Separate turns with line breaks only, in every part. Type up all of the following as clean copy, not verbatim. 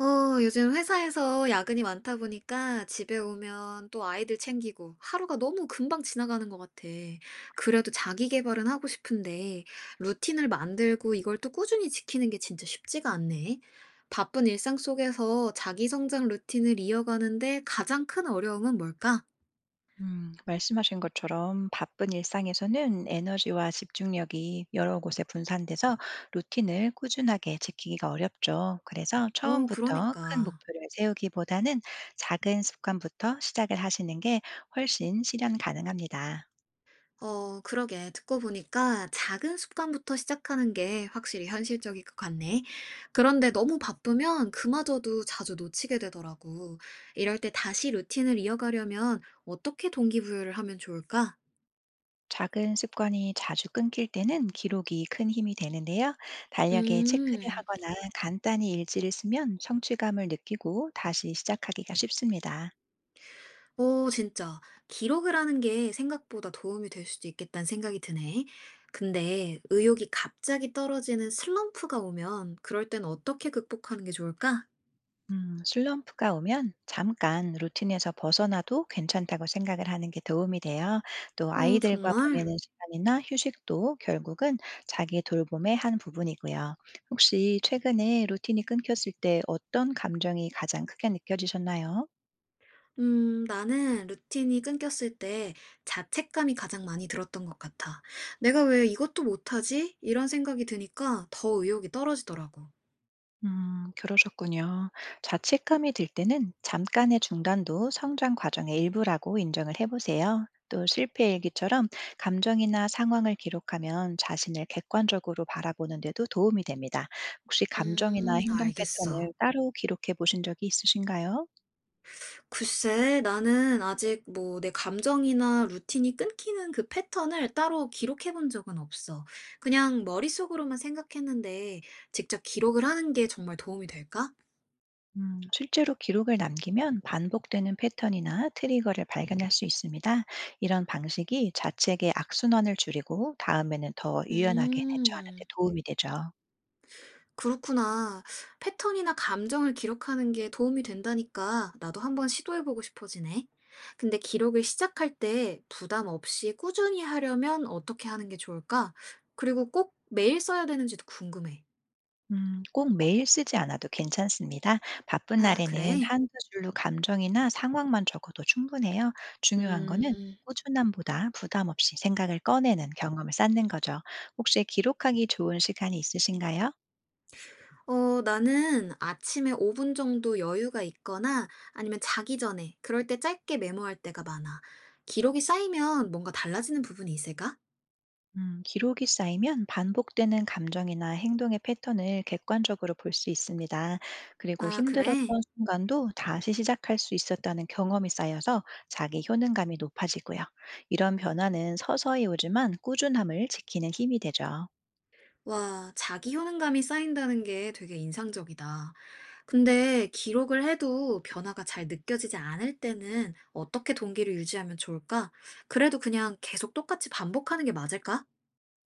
어, 요즘 회사에서 야근이 많다 보니까 집에 오면 또 아이들 챙기고 하루가 너무 금방 지나가는 것 같아. 그래도 자기 개발은 하고 싶은데 루틴을 만들고 이걸 또 꾸준히 지키는 게 진짜 쉽지가 않네. 바쁜 일상 속에서 자기 성장 루틴을 이어가는데 가장 큰 어려움은 뭘까?
말씀하신 것처럼 바쁜 일상에서는 에너지와 집중력이 여러 곳에 분산돼서 루틴을 꾸준하게 지키기가 어렵죠. 그래서
어,
처음부터 큰
그러니까.
목표를 세우기보다는 작은 습관부터 시작을 하시는 게 훨씬 실현 가능합니다.
어, 그러게. 듣고 보니까 작은 습관부터 시작하는 게 확실히 현실적일 것 같네. 그런데 너무 바쁘면 그마저도 자주 놓치게 되더라고. 이럴 때 다시 루틴을 이어가려면 어떻게 동기부여를 하면 좋을까?
작은 습관이 자주 끊길 때는 기록이 큰 힘이 되는데요. 달력에 체크를
음,
하거나 간단히 일지를 쓰면 성취감을 느끼고 다시 시작하기가 쉽습니다.
오, 진짜. 기록을 하는 게 생각보다 도움이 될 수도 있겠다는 생각이 드네. 근데 의욕이 갑자기 떨어지는 슬럼프가 오면 그럴 땐 어떻게 극복하는 게 좋을까?
슬럼프가 오면 잠깐 루틴에서 벗어나도 괜찮다고 생각을 하는 게 도움이 돼요. 또
어,
아이들과
정말?
보내는 시간이나 휴식도 결국은 자기 돌봄의 한 부분이고요. 혹시 최근에 루틴이 끊겼을 때 어떤 감정이 가장 크게 느껴지셨나요?
나는 루틴이 끊겼을 때 자책감이 가장 많이 들었던 것 같아. 내가 왜 이것도 못하지? 이런 생각이 드니까 더 의욕이 떨어지더라고.
그러셨군요. 자책감이 들 때는 잠깐의 중단도 성장 과정의 일부라고 인정을 해보세요. 또 실패 일기처럼 감정이나 상황을 기록하면 자신을 객관적으로 바라보는 데도 도움이 됩니다. 혹시 감정이나 행동
알겠어.
패턴을 따로 기록해 보신 적이 있으신가요?
글쎄, 나는 아직 뭐 내 감정이나 루틴이 끊기는 그 패턴을 따로 기록해 본 적은 없어. 그냥 머릿속으로만 생각했는데 직접 기록을 하는 게 정말 도움이 될까?
실제로 기록을 남기면 반복되는 패턴이나 트리거를 발견할 수 있습니다. 이런 방식이 자책의 악순환을 줄이고 다음에는 더 유연하게 대처하는 데
음.
도움이 되죠.
그렇구나. 패턴이나 감정을 기록하는 게 도움이 된다니까 나도 한번 시도해보고 싶어지네. 근데 기록을 시작할 때 부담 없이 꾸준히 하려면 어떻게 하는 게 좋을까? 그리고 꼭 매일 써야 되는지도 궁금해.
꼭 매일 쓰지 않아도 괜찮습니다. 바쁜
아,
날에는
그래?
한두 줄로 감정이나 상황만 적어도 충분해요. 중요한 거는
음,
꾸준함보다 부담 없이 생각을 꺼내는 경험을 쌓는 거죠. 혹시 기록하기 좋은 시간이 있으신가요?
어, 나는 아침에 5분 정도 여유가 있거나 아니면 자기 전에 그럴 때 짧게 메모할 때가 많아. 기록이 쌓이면 뭔가 달라지는 부분이 있을까?
기록이 쌓이면 반복되는 감정이나 행동의 패턴을 객관적으로 볼 수 있습니다. 그리고
아, 그래?
힘들었던 순간도 다시 시작할 수 있었다는 경험이 쌓여서 자기 효능감이 높아지고요. 이런 변화는 서서히 오지만 꾸준함을 지키는 힘이 되죠.
와, 자기 효능감이 쌓인다는 게 되게 인상적이다. 근데 기록을 해도 변화가 잘 느껴지지 않을 때는 어떻게 동기를 유지하면 좋을까? 그래도 그냥 계속 똑같이 반복하는 게 맞을까?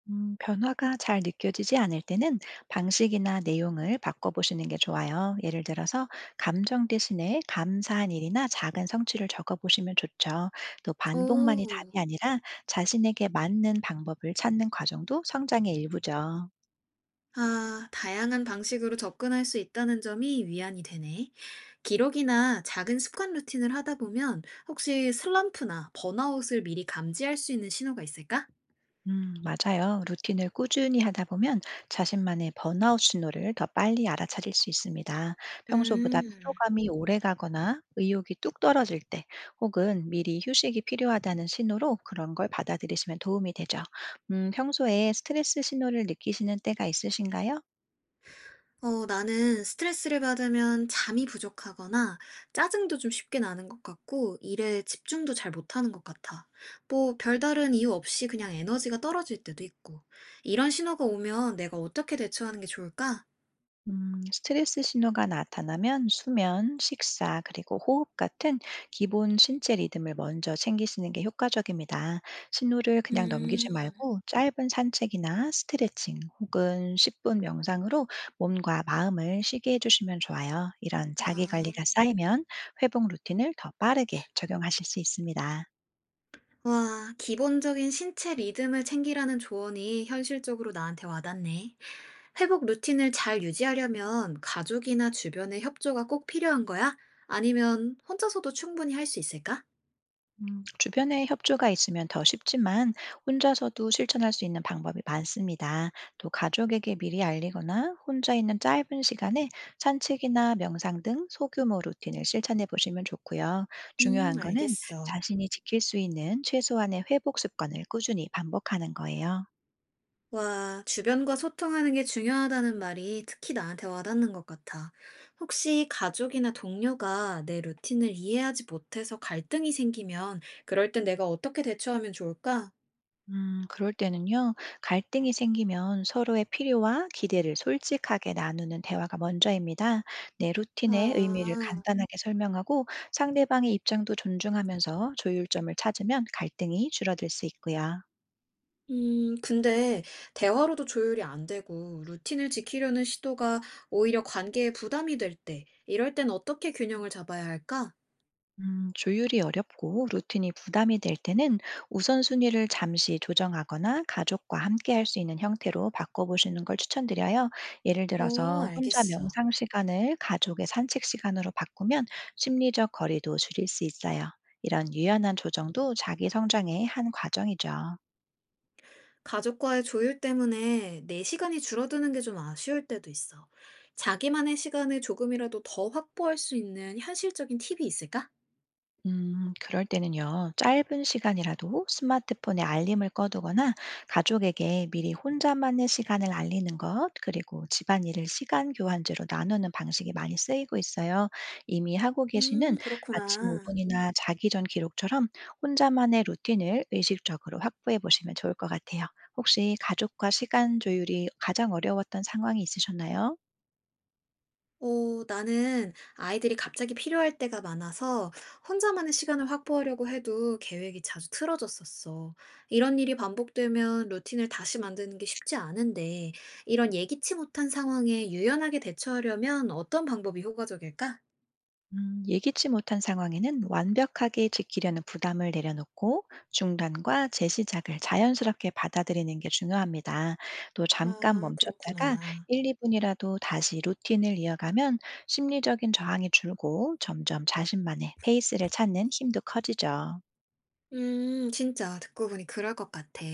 변화가 잘 느껴지지 않을 때는 방식이나 내용을 바꿔보시는 게 좋아요. 예를 들어서 감정 대신에 감사한 일이나 작은 성취를 적어보시면 좋죠. 또 반복만이
오,
답이 아니라 자신에게 맞는 방법을 찾는 과정도 성장의 일부죠.
아, 다양한 방식으로 접근할 수 있다는 점이 위안이 되네. 기록이나 작은 습관 루틴을 하다 보면 혹시 슬럼프나 번아웃을 미리 감지할 수 있는 신호가 있을까?
맞아요. 루틴을 꾸준히 하다 보면 자신만의 번아웃 신호를 더 빨리 알아차릴 수 있습니다. 평소보다
음.
피로감이 오래 가거나 의욕이 뚝 떨어질 때 혹은 미리 휴식이 필요하다는 신호로 그런 걸 받아들이시면 도움이 되죠. 평소에 스트레스 신호를 느끼시는 때가 있으신가요?
어, 나는 스트레스를 받으면 잠이 부족하거나 짜증도 좀 쉽게 나는 것 같고 일에 집중도 잘 못하는 것 같아. 뭐 별다른 이유 없이 그냥 에너지가 떨어질 때도 있고. 이런 신호가 오면 내가 어떻게 대처하는 게 좋을까?
스트레스 신호가 나타나면 수면, 식사, 그리고 호흡 같은 기본 신체 리듬을 먼저 챙기시는 게 효과적입니다. 신호를 그냥 넘기지
음,
말고 짧은 산책이나 스트레칭 혹은 10분 명상으로 몸과 마음을 쉬게 해주시면 좋아요. 이런 자기
아,
관리가 쌓이면 회복 루틴을 더 빠르게 적용하실 수 있습니다.
와, 기본적인 신체 리듬을 챙기라는 조언이 현실적으로 나한테 와닿네. 회복 루틴을 잘 유지하려면 가족이나 주변의 협조가 꼭 필요한 거야? 아니면 혼자서도 충분히 할 수 있을까?
주변에 협조가 있으면 더 쉽지만 혼자서도 실천할 수 있는 방법이 많습니다. 또 가족에게 미리 알리거나 혼자 있는 짧은 시간에 산책이나 명상 등 소규모 루틴을 실천해 보시면 좋고요. 중요한 거는
알겠어.
자신이 지킬 수 있는 최소한의 회복 습관을 꾸준히 반복하는 거예요.
와, 주변과 소통하는 게 중요하다는 말이 특히 나한테 와닿는 것 같아. 혹시 가족이나 동료가 내 루틴을 이해하지 못해서 갈등이 생기면 그럴 땐 내가 어떻게 대처하면 좋을까?
그럴 때는요, 갈등이 생기면 서로의 필요와 기대를 솔직하게 나누는 대화가 먼저입니다. 내 루틴의 의미를
아,
간단하게 설명하고 상대방의 입장도 존중하면서 조율점을 찾으면 갈등이 줄어들 수 있고요.
근데 대화로도 조율이 안 되고 루틴을 지키려는 시도가 오히려 관계에 부담이 될 때, 이럴 땐 어떻게 균형을 잡아야 할까?
조율이 어렵고 루틴이 부담이 될 때는 우선순위를 잠시 조정하거나 가족과 함께 할 수 있는 형태로 바꿔보시는 걸 추천드려요. 예를
오,
들어서 혼자
알겠어.
명상 시간을 가족의 산책 시간으로 바꾸면 심리적 거리도 줄일 수 있어요. 이런 유연한 조정도 자기 성장의 한 과정이죠.
가족과의 조율 때문에 내 시간이 줄어드는 게 좀 아쉬울 때도 있어. 자기만의 시간을 조금이라도 더 확보할 수 있는 현실적인 팁이 있을까?
그럴 때는요, 짧은 시간이라도 스마트폰에 알림을 꺼두거나 가족에게 미리 혼자만의 시간을 알리는 것, 그리고 집안일을 시간 교환제로 나누는 방식이 많이 쓰이고 있어요. 이미 하고 계시는 아침
그렇구나.
5분이나 자기 전 기록처럼 혼자만의 루틴을 의식적으로 확보해 보시면 좋을 것 같아요. 혹시 가족과 시간 조율이 가장 어려웠던 상황이 있으셨나요?
어, 나는 아이들이 갑자기 필요할 때가 많아서 혼자만의 시간을 확보하려고 해도 계획이 자주 틀어졌었어. 이런 일이 반복되면 루틴을 다시 만드는 게 쉽지 않은데, 이런 예기치 못한 상황에 유연하게 대처하려면 어떤 방법이 효과적일까?
예기치 못한 상황에는 완벽하게 지키려는 부담을 내려놓고 중단과 재시작을 자연스럽게 받아들이는 게 중요합니다. 또 잠깐
아,
멈췄다가
그렇구나.
1, 2분이라도 다시 루틴을 이어가면 심리적인 저항이 줄고 점점 자신만의 페이스를 찾는 힘도 커지죠.
진짜 듣고 보니 그럴 것 같아.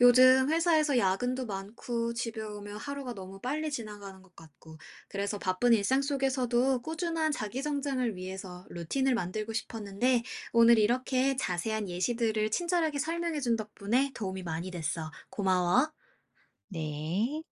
요즘 회사에서 야근도 많고 집에 오면 하루가 너무 빨리 지나가는 것 같고, 그래서 바쁜 일상 속에서도 꾸준한 자기 성장을 위해서 루틴을 만들고 싶었는데, 오늘 이렇게 자세한 예시들을 친절하게 설명해준 덕분에 도움이 많이 됐어. 고마워.
네.